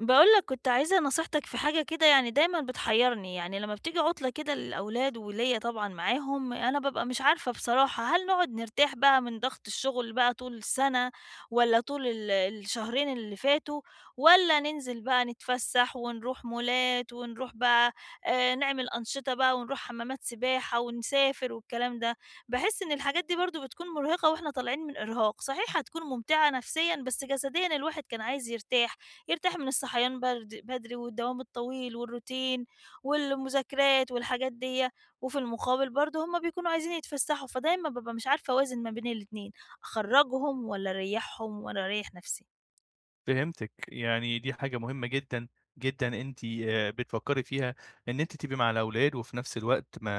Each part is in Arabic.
باقول لك كنت عايزة نصيحتك في حاجة كده. يعني دايمًا بتحيرني، يعني لمّا بتيجي عُطلة كده للأولاد وليّا طبعًا معاهم، أنا بابقى مش عارفة بصراحة هل نقعد نرتاح بقى من ضغط الشغل بقى طول السنة والّا طول الشهرين اللي فاتوا، والّا ننزل بقى نتفسح ونروح مولات ونروح بقى نعمل أنشطة بقى ونروح حمامات سباحة ونسافر والكلام ده. باحس إن الحاجات دي برضه بتكون مرهقة وإحنا طالعين من إرهاق، صحيح هتكون ممتعة نفسيًا بس جسديًا الواحد كان عايز يرتاح، يرتاح من الصحيان برد بدري والدوام الطويل والروتين والمذاكرات والحاجات ديّة، وفي المقابل برضه هُم بيكونوا عايزين يتفسحوا، فدايمًا بابقى مش عارفة أوازن ما بين الاتنين، أخرّجهم والّا أريّحهم والّا أريّح نفسي؟ فهمتِك، يعني دي حاجة مهمة جدًا، جدًا أنتِ بتفكّري فيها، إن أنتِ تبقي مع الأولاد وفي نفس الوقت ما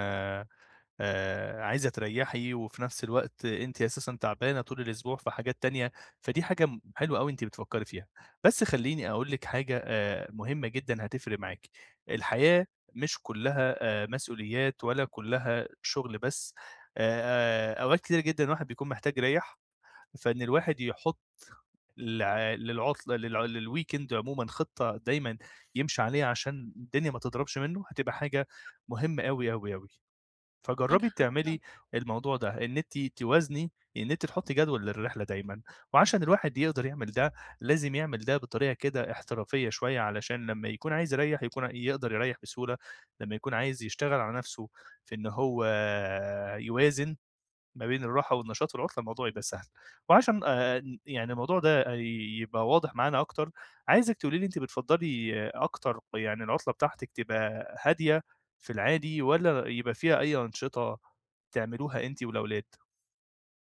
عايزة تريّحي، وفي نفس الوقت أنتِ أساسًا تعبانة طول الأسبوع في حاجات تانية، فدي حاجة حلوة أوي أنتِ بتفكّري فيها. بس خلّيني أقول لِك حاجة مهمة جدًا هتفرق معاكِ، الحياة مش كُلّها مسؤوليات ولا كُلّها شغل بس، أوقات كتيرة جدًا الواحد بيكون محتاج يريّح، فإن الواحد يحُط للع للعطلة للع للweekend عمومًا خطة دايمًا يمشي عليها عشان الدنيا ما تضربش منّه، هتبقى حاجة مهمة أوي، أوي، أوي. معاك فجرّبي تعملي حق. الموضوع ده، إن أنتِ توازني، إن أنتِ تحطّي جدول للرحلة دايمًا، وعشان الواحد يقدر يعمل ده، لازم يعمل ده بطريقة كده احترافية شوية، علشان لمّا يكون عايز يريّح يكون يقدر يريّح بسهولة، لمّا يكون عايز يشتغل على نَفْسه في إن هو يوازن ما بين الراحة والنشاط والعُطلة الموضوع يبقى سهل. وعشان ن يعني الموضوع ده آه، يبقى واضح معانا أكتر، عايزِك تقولي لي أنتِ بتفضّلي آه، أكتر يعني العُطلة بتاعتِك تبقى هادية في العادي والّا يبقى فيها أي أنشطة تعملوها أنتِ والأولاد؟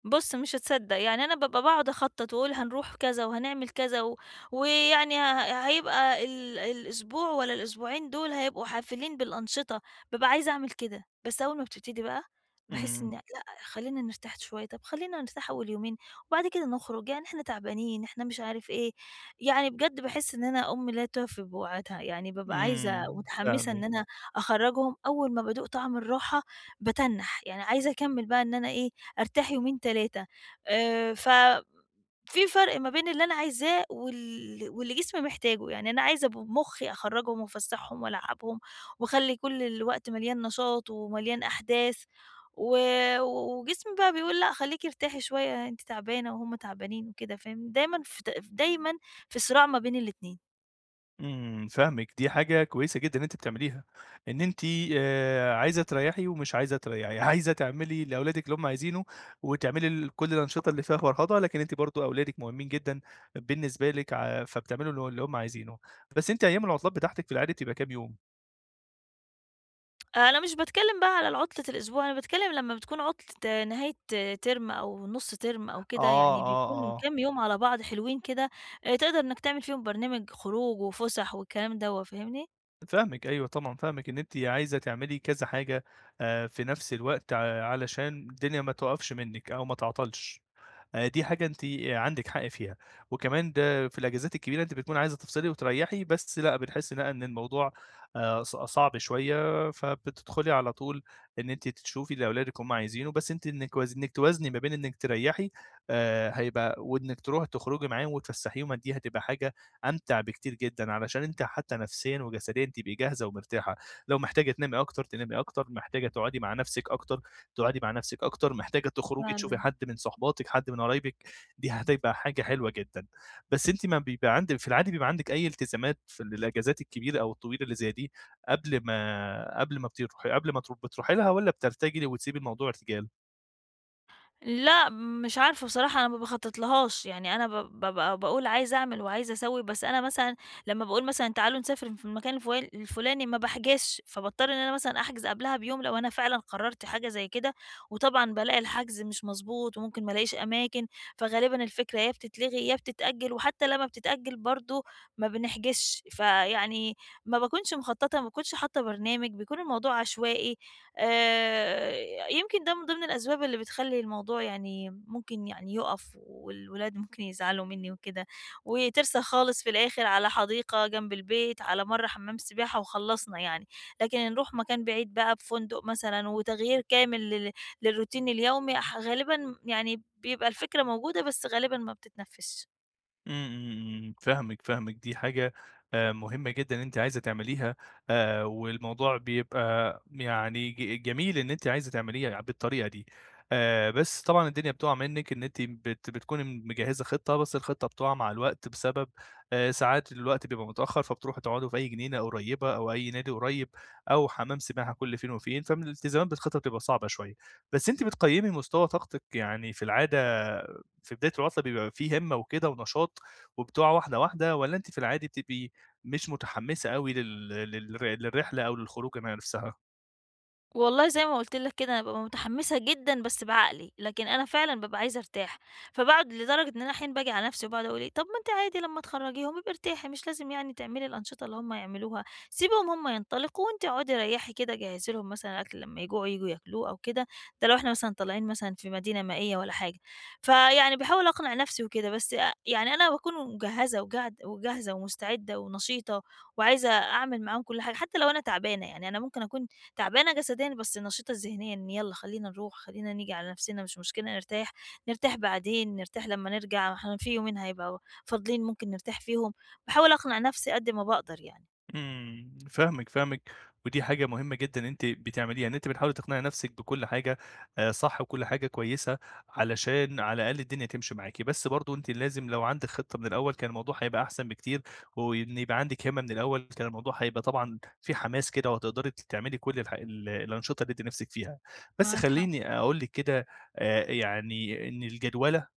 بُص مش هتصدّق، يعني أنا بابقى باقعد أخطّط وأقول هنروح كذا وهنعمل كذا و ويعني ه هيبقى الأسبوع والّا الأسبوعين دول هيبقوا حافلين بالأنشطة، بابقى عايزة أعمل كده، بس أول ما بتبتدي بقى باحس إمم، إن لأ، خلّينا نرتاح شوية، طب خلّينا نرتاح أول يومين وبعد كده نخرج، يعني إحنا تعبانين، إحنا مش عارف إيه، يعني بجد باحس إن أنا أُم لا تُوفي بوعدها، يعني بابقى عايزة إمم، ومتحمسة إن فاهمِك. أنا أخرّجهم. أول ما بادوق طعم الراحة باتنّح، يعني عايزة أكمّل بقى إن أنا إيه، أرتاح يومين 3. ففي فرق ما بين اللي أنا عايزاه واللي جسمي محتاجه، يعني أنا عايزة ب مُخّي أخرّجهم وأفسّحهم وألعّبهم وأخلّي كل الوقت مليان نشاط ومليان أحداث و وجسمي بقى بيقول لأ، خلّيكِ ارتاحي شوية، أنتِ تعبانة وهُم تعبانين وكده، فاهمني، دايمًا في صراع ما بين الاتنين. إمم، فاهمِك، دي حاجة كويسة جدًا أنتِ بتعمليها، إن أنتِ عايزة تريّحي ومش عايزة تريّحي، عايزة تعملي لأولادِك اللي هم عايزينه، وتعملي كل الأنشطة اللي فيها فرهضة، لكن أنتِ برضه أولادِك مهمين جدًا بالنسبة لِك فبتعملوا اللي هم عايزينه، بس أنتِ أيام العطلات بتاعتِك في العادي بتبقى كام يوم؟ أنا مش باتكلّم بقى على العُطلة الأسبوع، أنا باتكلّم لمّا بتكون عُطلة نهاية ترم أو نُص ترم أو كده، آه، يعني آه، بيكون آه، كام يوم على بعض حلوين كده، تقدر إنّك تعمل فيهم برنامج خروج وفُسح والكلام دوّة، فاهمني؟ فاهمِك، أيوه طبعًا فاهمِك إن أنتِ عايزة تعملي كذا حاجة في نفس الوقت علشان الدنيا ما تُقفش منِّك أو ما تعطلش. دي حاجة أنتِ عندِك حق فيها، وكمان ده في الأجازات الكبيرة أنتِ بتكوني عايزة تفصلي وتريّحي، بس لأ، بنحس لأ إن الموضوع ص صعب شوية، فبتدخلي على طول إن أنتِ تشوفي لأولادِك هُم عايزينه، بس أنتِ إنِّك توازني ما بين إنِّك تريّحي هيبقى وإنِّك تروحي تخرجي معاهم وتفسّحيهم، دي هتبقى حاجة أمتع بكتير جدًا، علشان أنتِ حتى نفسيًا وجسديًا تبقي جاهزة ومرتاحة، لو محتاجة تنامي أكتر، تنامي أكتر، محتاجة تقعدي مع نفسِك أكتر تقعدي مع نفسِك أكتر، محتاجة تخرجي تشوفي ف حد من صحباتِك، حد من قرايبِك، دي هتبقى حاجة حلوة جدًا. بس أنتِ ما بيبقى عندِك في العادي بيبقى عندِك أي التزامات في الإجازات الكبيرة أو الطويلة اللي زي دي قبل ما قبل ما بتروحي قبل ما تر بتروحي لها والّا بترتجلي وتسيبي الموضوع ارتجال؟ لأ، مش عارفة بصراحة أنا ما باخطّطلهاش، يعني أنا بابقى باقول عايزة أعمل وعايزة أسوّي، بس أنا مثلًا لمّا باقول مثلًا تعالوا نسافر في المكان الفلاني ما باحجزش، فباضطر إن أنا مثلًا أحجز قبلها بيوم لو أنا فعلًا قررت حاجة زي كده، وطبعًا بالاقي الحجز مش مضبوط وممكن ما الاقيش أماكن، فغالبًا الفكرة يا بتتلغي يا بتتأجل، وحتى لمّا بتتأجل برضه ما بنحجزش، فيعني ما باكونش مخطّطة، ما باكونش حاطة برنامج، بيكون الموضوع عشوائي. يمكن ده من ضمن الأسباب اللي بتخلّي الموضوع يعني ممكن يعني يُقَف، والولاد ممكن يزعلوا منّي وكده، وترسى خالص في الآخر على حديقة جنب البيت، على مرّة حمّام سباحة وخلّصنا يعني، لكن نروح مكان بعيد بقى بفندق مثلًا وتغيير كامل للروتين اليومي غالبًا يعني بيبقى الفكرة موجودة بس غالبًا ما بتتنفّذش. إمم، إمم، إمم، فاهمِك، فاهمِك، دي حاجة مهمة جدًا أنتِ عايزة تعمليها، والموضوع بيبقى يعني جميل إن أنتِ عايزة تعمليها بالطريقة دي، بس طبعًا الدنيا بتقع منِك إن أنتِ بتكوني مجهزة خطة، بس الخطة بتقع مع الوقت بسبب ساعات الوقت بيبقى متأخر، فبتروحوا تقعدوا في أي جنينة قريبة أو أي نادي قريب أو حمام سباحة كل فين وفين، فالالتزامات بالخطة بتبقى صعبة شوية، بس أنتِ بتقيمي مستوى طاقتِك يعني في العادة في بداية العُطلة بيبقى في هِمّة وكده ونشاط وبتقع واحدة، واحدة والّا أنتِ في العادي بتبقي مش متحمّسة أوي لل لل للرحلة أو للخروجة نَفْسها؟ والله زي ما قُلت لك كده، أنا بابقى متحمّسة جدًا بس بعقلي، لكن أنا فعلًا بابقى عايزة أرتاح، فباقعد لدرجة إن أنا أحيانًا باجي على نَفْسي وباقعد أقول إيه، طَب ما أنتِ عادي لمّا تخرّجيهم يبقى ارتاحي، مش لازم يعني تعملي الأنشطة اللي هم يعملوها، سيبيهم هم ينطلقوا وأنتِ اقعدي ريّحي كده، جهّزي لهم مثلًا أكل لمّا يجوعوا ييجوا ياكلوه أو كده، ده لو إحنا مثلًا طالعين مثلًا في مدينة مائية والّا حاجة، فيعني باحاول أقنع نَفْسي وكده، بس يعني أنا باكون مجهّزة وجاعد وجاهزة ومستعدة ونشيطة وعايزة أعمل معاهم كل حاجة، حتى لو أنا تعبانة، يعني أنا ممكن أكون تعبانة جسديًا بس نشيطة ذهنيًا، يالّا خلّينا نروح، خلّينا نيجي على نفسنا مش مشكلة نرتاح، نرتاح بعدين، نرتاح لمّا نرجع، إحنا في يومين هيبقوا فاضلين ممكن نرتاح فيهم، باحاول أقنع نفسي قد ما باقدر يعني. إمم، فاهمِك، فاهمِك، ودي حاجة مهمة جدًا أنتِ بتعمليها، إن أنتِ بتحاولي تقنعي نفسِك بكل حاجة صح وكل حاجة كويسة، علشان على الأقل الدنيا تمشي معاكِ، بس برضه أنتِ لازم لو عندِك خطة من الأول كان الموضوع هيبقى أحسن بكتير، وإن يبقى عندِك هِمة من الأول كان الموضوع هيبقى طبعًا في حماس كده وهتقدري تعملي كل الح ال الأنشطة اللي أنتِ نفسِك فيها، بس معاك حق. خلّيني أقول لِك كده يعني إن الجدولة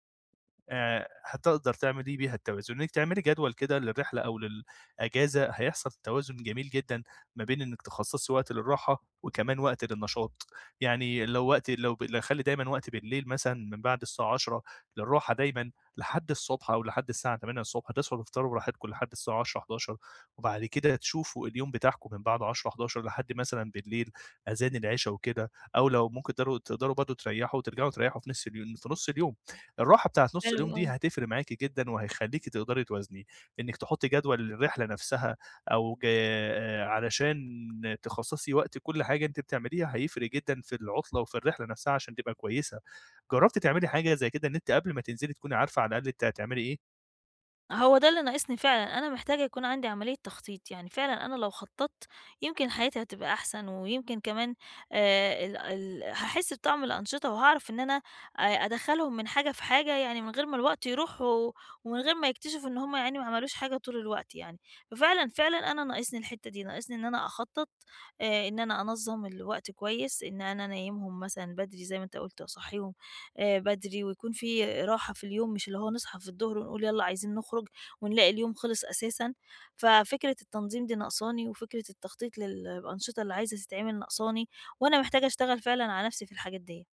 هتقدر تعملي بيها التوازن، إنِّك تعملي جدول كده للرحلة أو للأجازة، هيحصل توازن جميل جدًا ما بين إنِّك تخصصي وقت للراحة وكمان وقت للنشاط، يعني لو خلّي دايمًا وقت بالليل مثلًا من بعد الساعة 22:00 للراحة دايمًا لحد الصبح أو لحد الساعة 08:00 تصحوا تفطروا براحتكم لحد الساعة 22:00، 23:00 وبعد كده تشوفوا اليوم بتاعكم من بعد 22:00، 23:00 لحد مثلًا بالليل أذان العشا وكده، أو لو ممكن تقدروا تقدروا برضه تريّحوا وترجعوا تريّحوا في نص اليوم. الراحة بتاعة نُص حلو اليوم دي أوي. هتفرق معاكِ جدًا وهيخلّيكِ تقدري توازني، إنِّك تحطّي جدول للرحلة نفسها أو ج علشان تخصّصي وقت لكل حاجة أنتِ بتعمليها هيفرق جدًا في العُطلة وفي الرحلة نفسها عشان تبقى كويسة. جرّبتِ تعملي حاجة زي كده إن أنتِ قبل ما تنزلي تكوني عارفة على الأقل أنتِ هتعملي إيه؟ هو ده اللي ناقصني فعلًا، أنا محتاجة يكون عندي عملية تخطيط، يعني فعلًا أنا لو خططت يمكن حياتي هتبقى أحسن، ويمكن كمان ال ال هاحس بطعم الأنشطة، وهاعرف إن أنا أدخّلهم من حاجة في حاجة، يعني من غير ما الوقت يروح، ومن غير ما يكتشفوا إن هُم يا عيني ما عملوش حاجة طول الوقت يعني. ففعلًا، فعلًا أنا ناقصني الحتة دي، ناقصني إن أنا أخطط، إن أنا أنظّم الوقت كويس، إن أنا أنيّمهم مثلًا بدري زي ما أنت قُلت، وأصحّيهم بدري ويكون في راحة في اليوم، مش اللي هو نصحى في الضهر ونقول يالّا عايزين نخرج، ونلاقي اليوم خلص أساسًا. ففكرة التنظيم دي ناقصاني، وفكرة التخطيط للأنشطة اللي عايزة تتعمل ناقصاني، وأنا محتاجة أشتغل فعلًا على نفسي في الحاجات ديّة.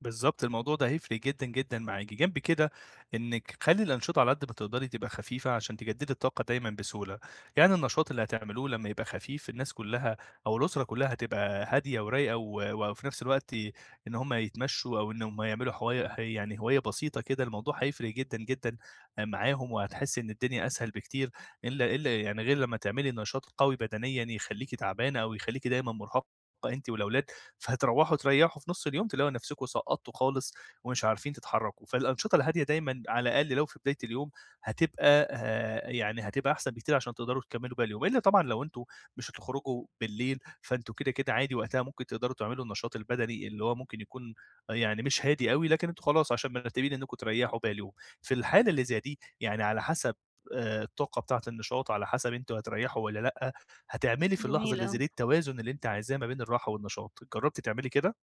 بالضبط، الموضوع ده هيفرق جدًا، جدًا معاكِ. جنب كده إنِّك خلّي الأنشطة على قد ما تقدري تبقى خفيفة عشان تجدّدي الطاقة دايمًا بسهولة. يعني النشاط اللي هتعملوه لمّا يبقى خفيف الناس كُلّها أو الأسرة كُلّها هتبقى هادية ورايقة و وفي نفس الوقت إن هم يتمشّوا أو إن هم يعملوا هواية ه يعني هواية بسيطة كده، الموضوع هيفرق جدًا، جدًا معاهم وهتحسّي إن الدنيا أسهل بكتير إلا يعني غير لمّا تعملي نشاط قوي بدنيًا يخلّيكِ تعبانة أو يخلّيكِ دايمًا مُرهقة أنتِ والأولاد. فهتروّحوا تريّحوا في نُص اليوم تلاقوا نفسكم سقطتوا خالص ومش عارفين تتحرّكوا، فالأنشطة الهادية دايمًا على الأقل لو في بداية اليوم هتبقى يعني هتبقى أحسن بكتير عشان تقدروا تكمّلوا باقي اليوم، إلّا طبعًا لو أنتم مش هتخرجوا بالليل فأنتم كده، كده عادي وقتها ممكن تقدروا تعملوا النشاط البدني اللي هو ممكن يكون آه، يعني مش هادي أوي، لكن أنتم خلاص عشان مرتّبين إنّكم تريّحوا باقي اليوم. في الحالة اللي زي دي يعني على حسب الطاقة بتاعة النشاط، على حسب أنتم هتريّحوا والّا لأ، هتعملي في اللحظة جميل اللي زي أوي. دي التوازن اللي أنتِ عايزاه ما بين الراحة والنشاط، جربتِ تعملي كده؟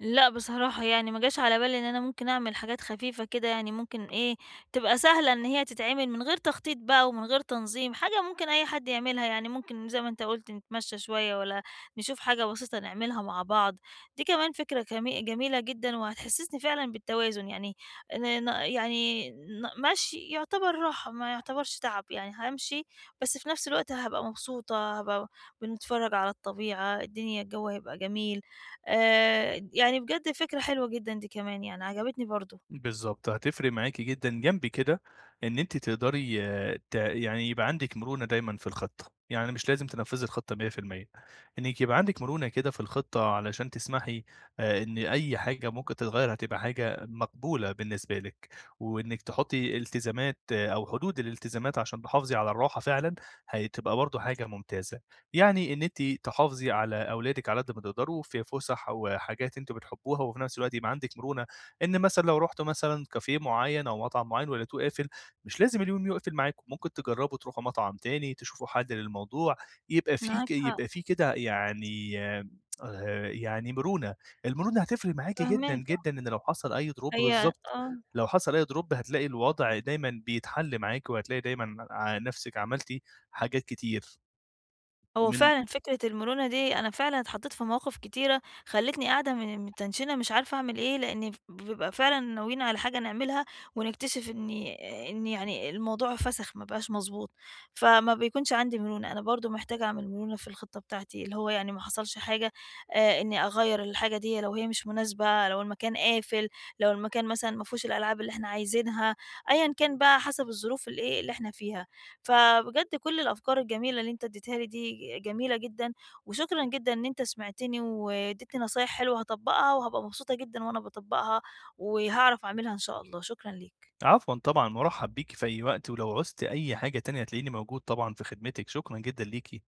لأ بصراحة يعني ما جاش على بالي إن أنا ممكن أعمل حاجات خفيفة كده، يعني ممكن إيه، تبقى سهلة إن هي تتعمل من غير تخطيط بقى ومن غير تنظيم، حاجة ممكن أي حد يعملها، يعني ممكن زي ما أنت قُلت نتمشى شوية والّا نشوف حاجة بسيطة نعملها مع بعض، دي كمان فكرة جميلة جدًا وهتحسسني فعلًا بالتوازن، يعني ن ن يعني ن مشي يعتبر راحة ما يعتبرش تعب، يعني هامشي بس في نفس الوقت هابقى مبسوطة، هابقى بنتفرج على الطبيعة، الدنيا الجو هيبقى جميل. يعني بجد فكرة حلوة جدًا دي كمان، يعني عجبتني برضه. بالضبط، هتفرق معاكِ جدًا، جنب كده إن أنتِ تقدري آه، يعني يبقى عندِك مرونة دايمًا في الخطة، يعني مش لازم تنفذي الخطة 100% إنِّك يبقى عندِك مرونة كده في الخطة علشان تسمحي إن أي حاجة ممكن تتغيّر هتبقى حاجة مقبولة بالنسبة لِك، وإنِّك تحطي التزامات آه، أو حدود الالتزامات عشان تحافظي على الراحة فعلًا، هتبقى برضه حاجة ممتازة، يعني إن أنتِ تحافظي على أولادِك على قد ما تقدروا في فُسح وحاجات أنتم بتحبوها، وفي نفس الوقت يبقى عندِك مرونة إن مثلًا لو رُحتوا مثلًا كافيه معيّن أو مطعم معيّن ولقيتوه قافل، مش لازم اليوم يقفل معاكم، ممكن تجرّبوا تروحوا مطعم تاني، تشوفوا حل للموضوع، يبقى في معاك ك حق. يبقى في كده يعني يعني مرونة، المرونة هتفرق معاكِ جدًا، فاهماك. جدًا، إن لو حصل أي drop هي بالضبط، آه. لو حصل أي drop هتلاقي الوضع دايمًا بيتحل معاكِ وهتلاقي دايمًا ع نَفْسِك عملتِ حاجات كتير هو من فعلًا فكرة المرونة دي أنا فعلًا اتحطيت في مواقف كتيرة خلّتني قاعدة متنشنة مش عارفة أعمل إيه، لإن بنبقى فعلًا ناويين على حاجة نعملها ونكتشف إن يعني الموضوع فَسَخ ما بقاش مضبوط، فما بيكونش عندي مرونة. أنا برضه محتاجة أعمل مرونة في الخطة بتاعتي، اللي هو يعني ما حصلش حاجة، إني أغيّر الحاجة دي لو هي مش مناسبة، لو المكان قافل، لو المكان مثلًا ما فيهوش الألعاب اللي إحنا عايزينها، أيًا كان بقى حسب الظروف الإيه اللي إحنا فيها. فبجد كل الأفكار الجميلة اللي أنت اديتها لي دي جميلة جدًا، وشكرًا جدًا إن أنت سمعتني واديتني نصايح حلوة هاطبّقها، وهابقى مبسوطة جدًا وأنا باطبّقها، وهاعرف أعملها إن شاء الله، شكرًا ليك. عفوًا طبعًا، مُرحّب بيكِ في أي وقت، ولو عُزتِ أي حاجة تانية هتلاقيني موجود طبعًا في خدمتِك، شكرًا جدًا ليكِ.